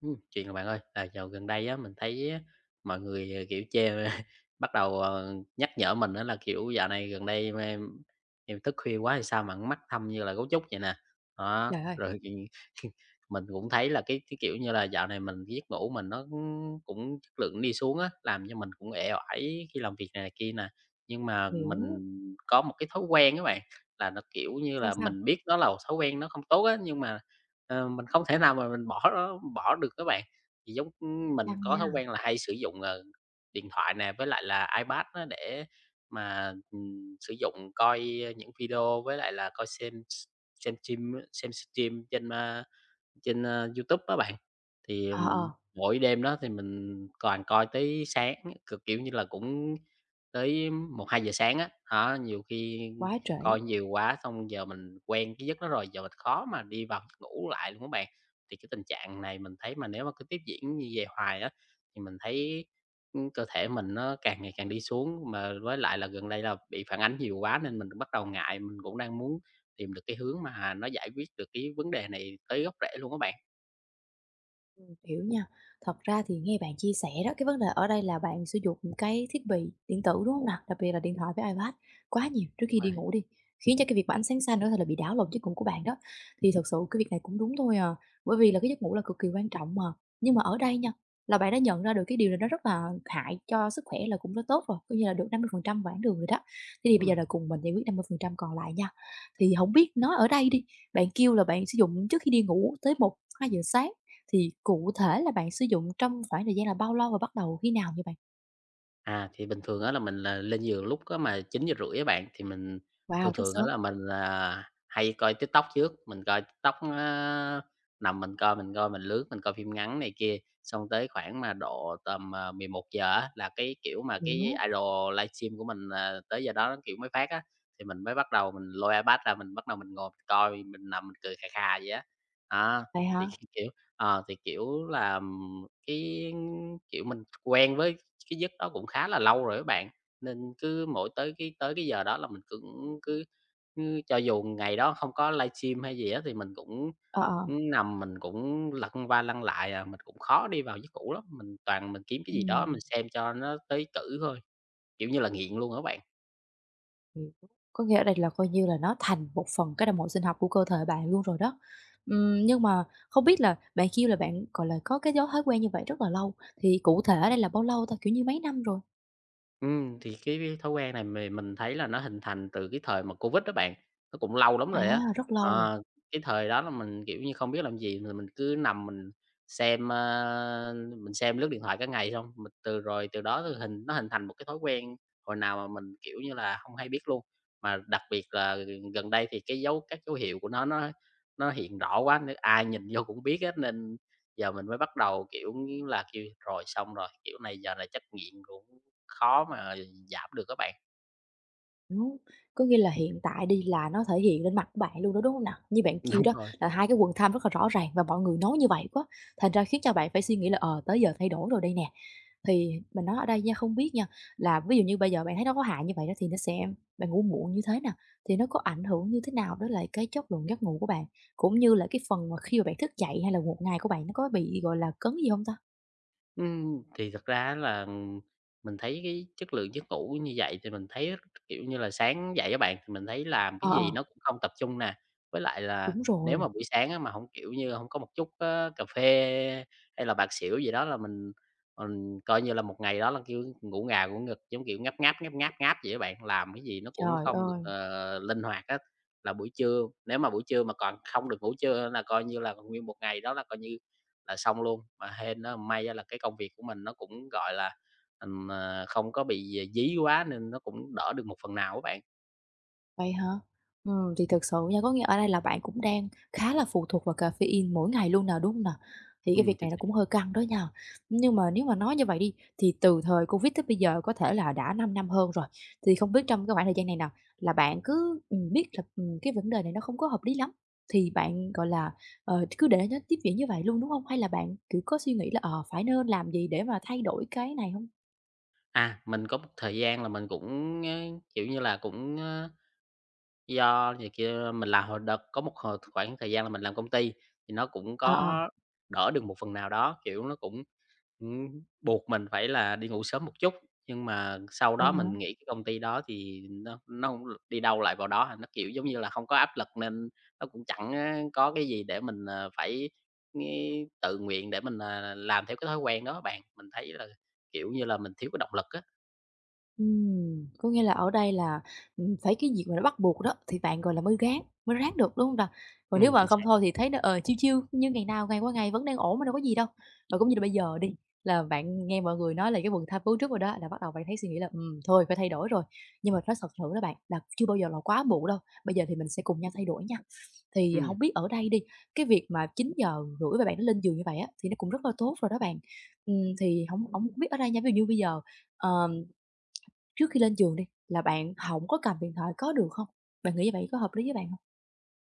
Chuyện rồi bạn ơi, là dạo gần đây á, mình thấy á, mọi người, kiểu, chê bắt đầu, nhắc nhở mình đó là, kiểu, dạo này gần đây em thức khuya quá hay sao mà mắt thâm như là gấu trúc vậy nè. Đó, Trời ơi, rồi mình cũng thấy là cái, kiểu như là, dạo này mình giấc ngủ mình nó cũng cũng chất lượng đi xuống á, làm cho mình cũng uể oải khi làm việc này này kia nè. Nhưng mà mình hiểu. có một cái thói quen các bạn, là nó, kiểu như Sao, là, sao? mình biết nó là một thói quen nó không tốt á, nhưng mà, mình không thể nào mà mình bỏ nó bỏ được các bạn. Thì giống ừ, mình Căng có nha. thói quen là hay sử dụng, điện thoại nè, với lại là iPad á để mà, sử dụng coi ờ, những video với lại là coi xem xem stream trên, a, trên, YouTube á bạn, thì, Ờ, ờ, mỗi đêm đó thì mình toàn coi tới sáng, cực kiểu như là, cũng tới một hai giờ sáng á. Đó, nhiều khi quá trễ. coi nhiều quá xong giờ mình quen cái giấc đó rồi, giờ mình khó mà đi vào giấc ngủ lại luôn á bạn. Thì cái tình trạng này mình thấy mà nếu mà cứ tiếp diễn như vậy hoài á, thì mình thấy, cơ thể mình nó càng ngày càng đi xuống, mà với lại là gần đây là bị phản ánh nhiều quá nên mình bắt đầu ngại, mình cũng đang muốn tìm được cái hướng mà nó giải quyết được cái vấn đề này tới gốc rễ luôn á bạn. Hiểu nha. Thật ra thì nghe bạn chia sẻ đó, cái vấn đề ở đây là bạn sử dụng cái thiết bị điện tử, đúng không nào? Đặc biệt là điện thoại với iPad quá nhiều trước Đúng khi rồi. đi ngủ đi, khiến cho cái việc mà ánh sáng xanh nữa là bị đảo lộn giấc ngủ của bạn đó. Thì thật sự cái việc này cũng đúng thôi à, bởi vì là cái giấc ngủ là cực kỳ quan trọng mà. Nhưng mà ở đây nha, là bạn đã nhận ra được cái điều này nó rất là hại cho sức khỏe là cũng rất tốt rồi, coi như là được 50% quãng đường rồi đó. Thế thì bây giờ Ừm. là cùng mình giải quyết 50% còn lại nha. Thì không biết nói ở đây đi, bạn kêu là bạn sử dụng trước khi đi ngủ tới một hai giờ sáng thì cụ thể là bạn sử dụng trong khoảng thời gian là bao lâu và bắt đầu khi nào vậy bạn? À, thì bình thường đó là mình là lên giường lúc có mà chín giờ rưỡi các bạn, thì mình thường Wow, rất thường đó sớm. là mình là hay coi TikTok trước, mình coi TikTok á, nằm mình coi, mình coi, mình lướt, mình coi phim ngắn này kia, xong tới khoảng mà độ tầm, à, 11:00 á là cái, kiểu mà, cái Hiểu, idol livestream của mình là tới giờ đó, nó kiểu, mới phát á, thì mình mới bắt đầu mình lôi iPad ra mình bắt đầu mình ngồi mình coi, mình nằm mình cười khà khà vậy á. Đó, vậy thì, hả? cái kiểu, ờ, thì, kiểu là, cái, kiểu, mình quen với cái giấc đó cũng khá là lâu rồi á bạn, nên cứ mỗi tới cái giờ đó là mình cũng cứ cứ cho dù ngày đó không có livestream hay gì á, thì mình cũng Ờ, ờ, nằm mình cũng lăn qua lăn lại à, mình cũng khó đi vào giấc ngủ lắm, mình toàn mình kiếm cái gì đó mình ừm, xem cho nó tới cử thôi, kiểu như là, nghiện luôn á các bạn. hiểu. Có nghĩa ở đây là coi như là nó thành một phần cái đồng hồ sinh học của cơ thể bạn luôn rồi đó. Nhưng mà không biết là bạn kêu là bạn, gọi là, có cái dấu thói quen như vậy rất là lâu, thì cụ thể đây là bao lâu ta? Kiểu như mấy năm rồi? Thì cái thói quen này mình thấy là nó hình thành từ cái thời mà Covid đó bạn, nó cũng lâu lắm À, rồi á. rất lâu. Ờ, cái thời đó là mình, kiểu như, không biết làm gì rồi mình cứ nằm mình xem, mình xem lướt điện thoại cả ngày xong, mình từ đó thì nó hình thành một cái thói quen hồi nào mà mình, kiểu như là, không hay biết luôn. Mà đặc biệt là gần gần đây thì cái dấu các dấu hiệu của nó hiện rõ quá nên ai nhìn vô cũng biết hết, nên giờ mình mới bắt đầu, kiểu như là, kêu rồi xong rồi, kiểu này giờ này chắc nghiện cũng khó mà giảm được các bạn. Đúng, có nghĩa là hiện tại đi là nó thể hiện lên mặt của bạn luôn đó, đúng không nào? Như bạn kêu Đúng đó rồi. là hai cái quần thâm rất là rõ ràng và mọi người nói như vậy quá, thành ra khiến cho bạn phải suy nghĩ là, ờ, tới giờ thay đổi rồi đây nè. Thì mình nói ở đây nha, không biết nha, là ví dụ như bây giờ bạn thấy nó có hại như vậy đó thì nó sẽ bạn ngủ muộn như thế nào? Thì nó có ảnh hưởng như thế nào đó là cái chất lượng giấc ngủ của bạn? Cũng như là cái phần mà khi mà bạn thức dậy hay là một ngày của bạn nó có bị, gọi là, cấn gì không ta? Thì thật ra á là mình thấy cái chất lượng giấc ngủ như vậy thì mình thấy, kiểu như là, sáng dậy các bạn, thì mình thấy làm cái Ờ, gì ờ, nó cũng không tập trung nè. Với lại là đúng nếu rồi, mà buổi sáng á mà không kiểu như, không có một chút á cà phê hay là bạc xỉu gì đó là mình coi như là một ngày đó là, kiểu, ngủ ngà ngủ gật, giống kiểu, ngáp ngáp, ngáp ngáp, ngáp vậy các bạn, làm cái gì nó cũng trời không được, ơi! Linh hoạt hết. Là buổi trưa nếu mà buổi trưa mà còn không được ngủ trưa là coi như là nguyên một ngày đó là coi như là xong luôn. Mà hên nó may á là cái công việc của mình nó cũng, gọi là, không có bị, dí quá nên nó cũng đỡ được một phần nào các bạn. Vậy hả? Thì thực sự nha, có nghĩa ở đây là bạn cũng đang khá là phụ thuộc vào caffeine mỗi ngày luôn nào đúng hông nè? Thì cái việc Chính này nó xác. cũng hơi căng đó nha. Nhưng mà nếu mà nói như vậy đi, thì từ thời Covid tới bây giờ có thể là đã 5 năm hơn rồi, thì không biết trong cái khoảng thời gian này nào là bạn cứ, biết là, cái vấn đề này nó không có hợp lý lắm, thì bạn, gọi là, ờ, cứ để nó tiếp diễn như vậy luôn, đúng không? Hay là bạn, cứ có suy nghĩ là, ờ, phải nên làm gì để mà thay đổi cái này không? À, mình có một thời gian là mình cũng, kiểu như là, cũng, ơ Do thì, kia, mình làm hồi đợt có một hồi khoảng thời gian là mình làm công ty, thì nó cũng Ờ, ờ, có đỡ được một phần nào đó, kiểu, nó cũng, ừm, buộc mình phải là đi ngủ sớm một chút. Nhưng mà sau vậy đó hả? mình nghĩ cái công ty đó thì nó không đi đâu lại vào đó à, nó, kiểu, giống như là, không có áp lực nên nó cũng chẳng á có cái gì để mình, phải nghe tự nguyện để mình, làm theo cái thói quen đó bạn. Mình thấy là, kiểu như là, mình thiếu cái động lực á. Có nghĩa là ở đây là, phải cái việc mà nó bắt buộc đó thì bạn, gọi là, mới ráng được, đúng không nào? Còn nếu mà Chính không xác. thôi thì thấy nó, ờ, chiêu chiêu như ngày nào ngày qua ngày vẫn đang ổn mà đâu có gì đâu. Và cũng như là bây giờ đi, là bạn nghe mọi người nói là cái vườn tháp cứu trước rồi đó, là bắt đầu bạn thấy suy nghĩ là, thôi phải thay đổi rồi. Nhưng mà nói thật sự đó bạn, là chưa bao giờ là quá muộn đâu, bây giờ thì mình sẽ cùng nhau thay đổi nha. Thì Ừm. không biết ở đây đi, cái việc mà 9 giờ rưỡi mà bạn nó lên giường như vậy á, thì nó cũng rất là tốt rồi đó bạn. Thì không không biết ở đây nha, ví dụ như bây giờ, ờ, trước khi lên giường đi, là bạn không có cầm điện thoại có được không? Bạn nghĩ như vậy có hợp lý với bạn không?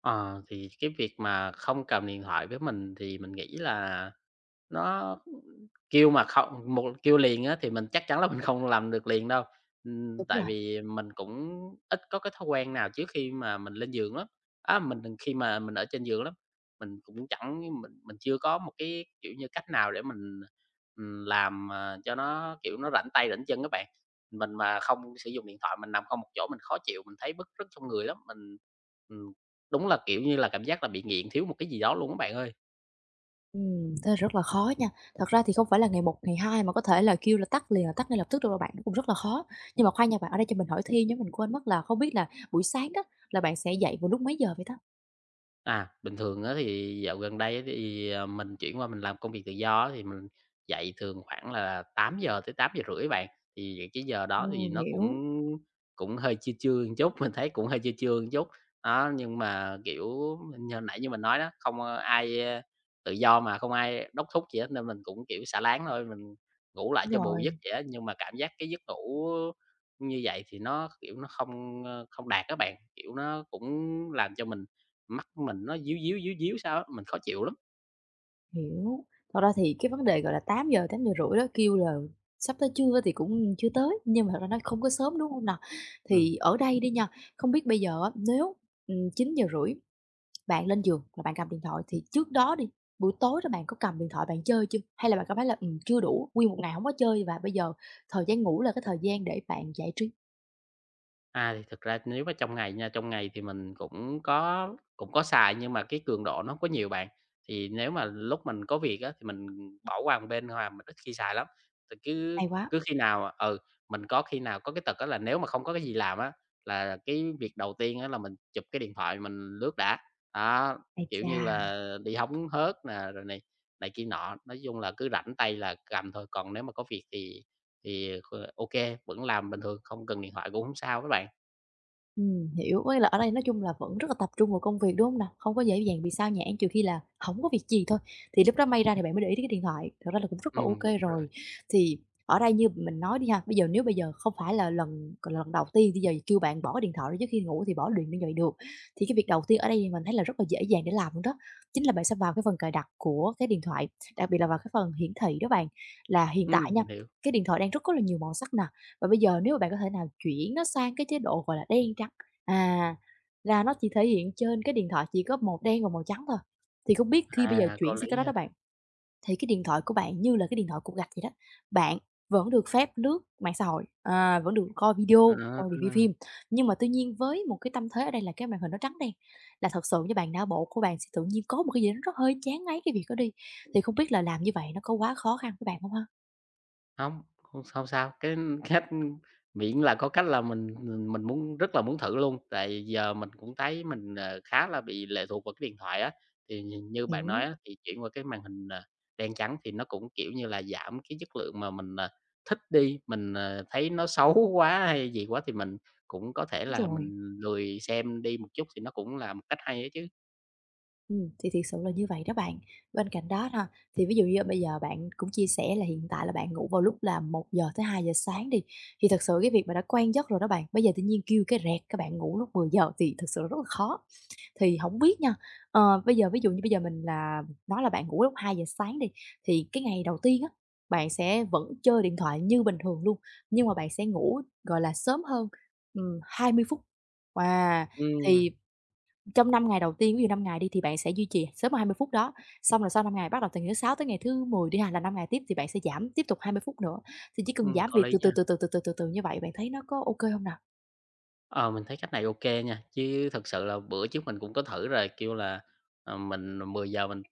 Ờ, thì cái việc mà không cầm điện thoại với mình thì mình nghĩ là nó kêu mà không một kêu liền á thì mình chắc chắn là mình không làm được liền đâu, Đúng tại rồi, vì mình cũng ít có cái thói quen nào trước khi mà mình lên giường lắm. Á, mình đừng khi mà mình ở trên giường lắm, mình cũng chẳng mình chưa có một cái, kiểu như, cách nào để mình, làm, cho nó, kiểu, nó rảnh tay rảnh chân á bạn. Mình mà không sử dụng điện thoại, mình nằm không một chỗ mình khó chịu, mình thấy bứt rứt trong người lắm, mình, ừm, đúng là, kiểu như là, cảm giác là bị nghiện thiếu một cái gì đó luôn á bạn ơi. Thế là rất là khó nha. Thật ra thì không phải là ngày một ngày 2 mà có thể là kêu là tắt liền là tắt ngay lập tức được đâu rồi bạn, nó cũng rất là khó. Nhưng mà khoan nha bạn, ở đây cho mình hỏi thêm nhé, mình quên mất là không biết là buổi sáng đó là bạn sẽ dậy vào lúc mấy giờ vậy ta? À, bình thường á thì dạo gần đây á thì, mình chuyển qua mình làm công việc tự do á, thì mình dậy thường khoảng là tám giờ tới tám giờ rưỡi bạn. Thì những cái giờ đó thì nó cũng Hiểu, cũng hơi trưa trưa một chút, mình thấy cũng hơi trưa trưa một chút. Đó, nhưng mà, kiểu, như hồi nãy như mình nói đó, không, tự do mà không ai đốc thúc gì hết nên mình cũng, kiểu, xả láng thôi, mình ngủ lại đúng cho bù giấc rồi, vậy á. Nhưng mà cảm giác cái giấc ngủ như vậy thì nó, kiểu, nó không, không đạt các bạn, kiểu, nó cũng làm cho mình Mắt mình nó díu díu, díu díu sao á, mình khó chịu lắm. hiểu. Thật ra thì cái vấn đề, gọi là, tám tám giờ rưỡi đó kêu là sắp tới trưa thì cũng chưa tới, nhưng mà thật ra nó không có sớm, đúng không nào? Ừm. Thì ở đây đi nha, không biết bây giờ á, nếu, ừ, chín giờ rưỡi bạn lên giường là bạn cầm điện thoại thì trước đó đi, buổi tối đó bạn có cầm điện thoại bạn chơi chưa? Hay là bạn cảm thấy là, chưa đủ, nguyên một ngày không có chơi và bây giờ thời gian ngủ là cái thời gian để bạn giải trí? À, thì thực ra nếu mà trong ngày nha, trong ngày thì mình cũng có xài nhưng mà cái cường độ nó hông có nhiều bạn. Thì nếu mà lúc mình có việc á, thì mình bỏ qua một bên hoặc là mình ít khi xài lắm. Thì cứ Hay quá! cứ khi nào ừ, mình có khi nào có cái tật đó là nếu mà không có cái gì làm á, là cái việc đầu tiên á là mình chụp cái điện thoại mình lướt đã. Đó, Ái kiểu như chà! là, đi hóng hớt nè, rồi này này kia nọ, nói chung là cứ rảnh tay là cầm thôi, còn nếu mà có việc thì ok vẫn làm bình thường, không cần điện thoại cũng không sao các bạn. Hiểu, có nghĩa là ở đây nói chung là vẫn rất là tập trung vào công việc, đúng không nào? Không có dễ dàng bị sao nhãng trừ khi là không có việc gì thôi, thì lúc đó may ra thì bạn mới để ý tới cái điện thoại, thật ra là cũng rất là ok Đúng rồi. rồi. Thì ở đây như mình nói đi ha, bây giờ nếu bây giờ không phải là lần gọi là, lần đầu tiên bây giờ kêu bạn bỏ cái điện thoại ra trước khi ngủ thì bỏ liền như vậy được, thì cái việc đầu tiên ở đây thì mình thấy là rất là dễ dàng để làm luôn đó, chính là bạn sẽ vào cái phần cài đặt của cái điện thoại, đặc biệt là vào cái phần hiển thị đó bạn. Là hiện tại nha, Mình hiểu. cái điện thoại đang rất có là nhiều màu sắc nè, và bây giờ nếu mà bạn có thể nào chuyển nó sang cái chế độ, gọi là, đen trắng, à, là nó chỉ thể hiện trên cái điện thoại chỉ có màu đen và màu trắng thôi. Thì không biết khi bây giờ À, có chuyển sang cái lý đó ha. đó bạn, thì cái điện thoại của bạn như là cái điện thoại cục gạch vậy đó, bạn vẫn được phép lướt mạng xã hội, à, vẫn được coi Ờ. video, coi review phim, nhưng mà tuy nhiên với một cái tâm thế ở đây là cái màn hình nó trắng đen, là thật sự như bạn não bộ của bạn sẽ tự nhiên có một cái gì đó nó hơi chán ngấy cái việc đó đi. Thì không biết là làm như vậy nó có quá khó khăn với bạn không ha? Hông, không không sao, cái cách miễn là có cách là mình muốn rất là muốn thử luôn, tại giờ mình cũng thấy mình, khá là bị lệ thuộc vào cái điện thoại á. Thì nhìn như bạn nói Hiểu, á, thì chuyển qua cái màn hình, đen trắng thì nó cũng, kiểu như là, giảm cái chất lượng mà mình, thích đi, mình, thấy nó xấu quá hay gì quá thì mình cũng có thể đúng là rồi. mình lười xem đi một chút thì nó cũng là một cách hay á chứ. Thì thiệt sự là như vậy đó bạn. Bên cạnh đó ha, thì ví dụ như bây giờ bạn cũng chia sẻ là hiện tại là bạn ngủ vào lúc là một giờ tới hai giờ sáng đi, thì thật sự cái việc mà đã quen giấc rồi đó bạn, bây giờ tự nhiên kêu cái rẹt các bạn ngủ lúc 10 giờ thì thực sự rất là khó. Thì không biết nha, ờ, bây giờ ví dụ như bây giờ mình là nói là bạn ngủ lúc 2 giờ sáng đi, thì cái ngày đầu tiên á, bạn sẽ vẫn chơi điện thoại như bình thường luôn, nhưng mà bạn sẽ ngủ, gọi là, sớm hơn, 20 phút. Wow! Ừm, Thì trong 5 ngày đầu tiên, ví dụ 5 ngày đi thì bạn sẽ duy trì sớm 20 phút đó, xong rồi sau 5 ngày bắt đầu từ ngày thứ 6 tới ngày thứ 10 đi ha, là 5 ngày tiếp thì bạn sẽ giảm tiếp tục 20 phút nữa. Thì chỉ cần giảm có việc lý từ nha. từ, từ từ, từ từ, từ từ như vậy, bạn thấy nó có ok không nào? Ờ, mình thấy cách này ok nha, chứ thật sự là bữa trước mình cũng có thử rồi, kêu là, mình mười giờ mình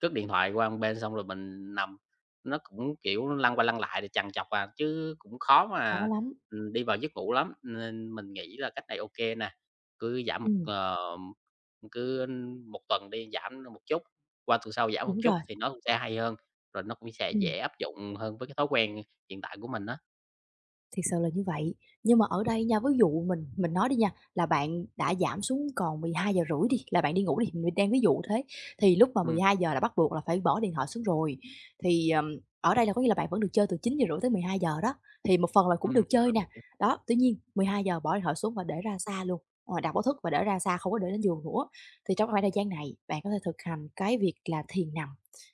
cất điện thoại qua một bên xong rồi mình nằm, nó cũng, kiểu, lăn qua lăn lại để chằn chọc à, chứ cũng khó Khó mà, lắm. Đi vào giấc ngủ lắm. Nên mình nghĩ là cách này ok nè, cứ giảm một, Ừm, cứ một tuần đi, giảm một chút, qua tuần sau giảm một đúng chút rồi, thì nó cũng sẽ hay hơn, rồi nó cũng sẽ ừm. dễ áp dụng hơn với cái thói quen hiện tại của mình á. Thiệt sự là như vậy. Nhưng mà ở đây nha, ví dụ mình nói đi nha, là bạn đã giảm xuống còn 12 giờ rưỡi đi, là bạn đi ngủ đi, mình đang ví dụ thế, thì lúc mà Ừm, 12 giờ là bắt buộc là phải bỏ điện thoại xuống rồi. Thì, ở đây là có nghĩa là bạn vẫn được chơi từ 9 giờ rưỡi tới 12 giờ đó, thì một phần là cũng Ừm. được chơi nè. Đó, tuy nhiên 12 giờ bỏ điện thoại xuống và để ra xa luôn, ờ, đặt báo thức và để ra xa, không có để lên giường nữa. Thì trong khoảng thời gian này, bạn có thể thực hành cái việc là thiền nằm,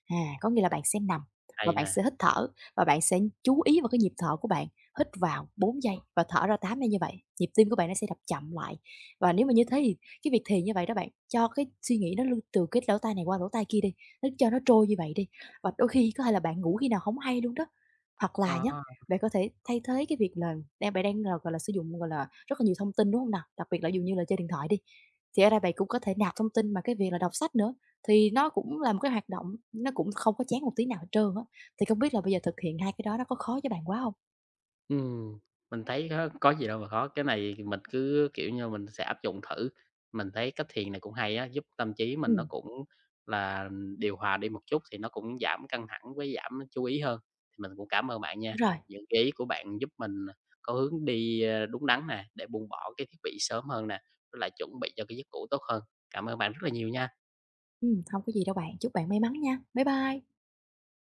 à, có nghĩa là bạn sẽ nằm và Hay bạn nè. sẽ hít thở và bạn sẽ chú ý vào cái nhịp thở của bạn. Hít vào 4 giây và thở ra 8 giây như vậy, nhịp tim của bạn nó sẽ đập chậm lại. Và nếu mà như thế thì cái việc thiền như vậy đó bạn, cho cái suy nghĩ nó lưu từ cái lỗ tai này qua lỗ tai kia đi, nó cho nó trôi như vậy đi. Và đôi khi có thể là bạn ngủ khi nào không hay luôn đó. Hoặc là nhá, bạn có thể thay thế cái việc là đang bạn đang là, gọi là, sử dụng, gọi là, rất là nhiều thông tin, đúng không nào? Đặc biệt là ví dụ như là chơi điện thoại đi, thì ở đây bạn cũng có thể nạp thông tin mà cái việc là đọc sách nữa, thì nó cũng là một cái hoạt động nó cũng không có chán một tí nào hết trơn á. Thì không biết là bây giờ thực hiện 2 cái đó nó có khó cho bạn quá không? Ừm, mình thấy có gì đâu mà khó, cái này thì mình cứ, kiểu như, mình sẽ áp dụng thử. Mình thấy cách thiền này cũng hay á, giúp tâm trí mình nó Ừm. cũng là điều hòa đi một chút thì nó cũng giảm căng thẳng với giảm chú ý hơn. Thì mình cũng cảm ơn bạn nha, Đúng rồi, những cái ý của bạn giúp mình có hướng đi, đúng đắn nè, để buông bỏ cái thiết bị sớm hơn nè, với lại chuẩn bị cho cái giấc ngủ tốt hơn. Cảm ơn bạn rất là nhiều nha. Hông có gì đâu bạn, chúc bạn may mắn nha. Bye bye.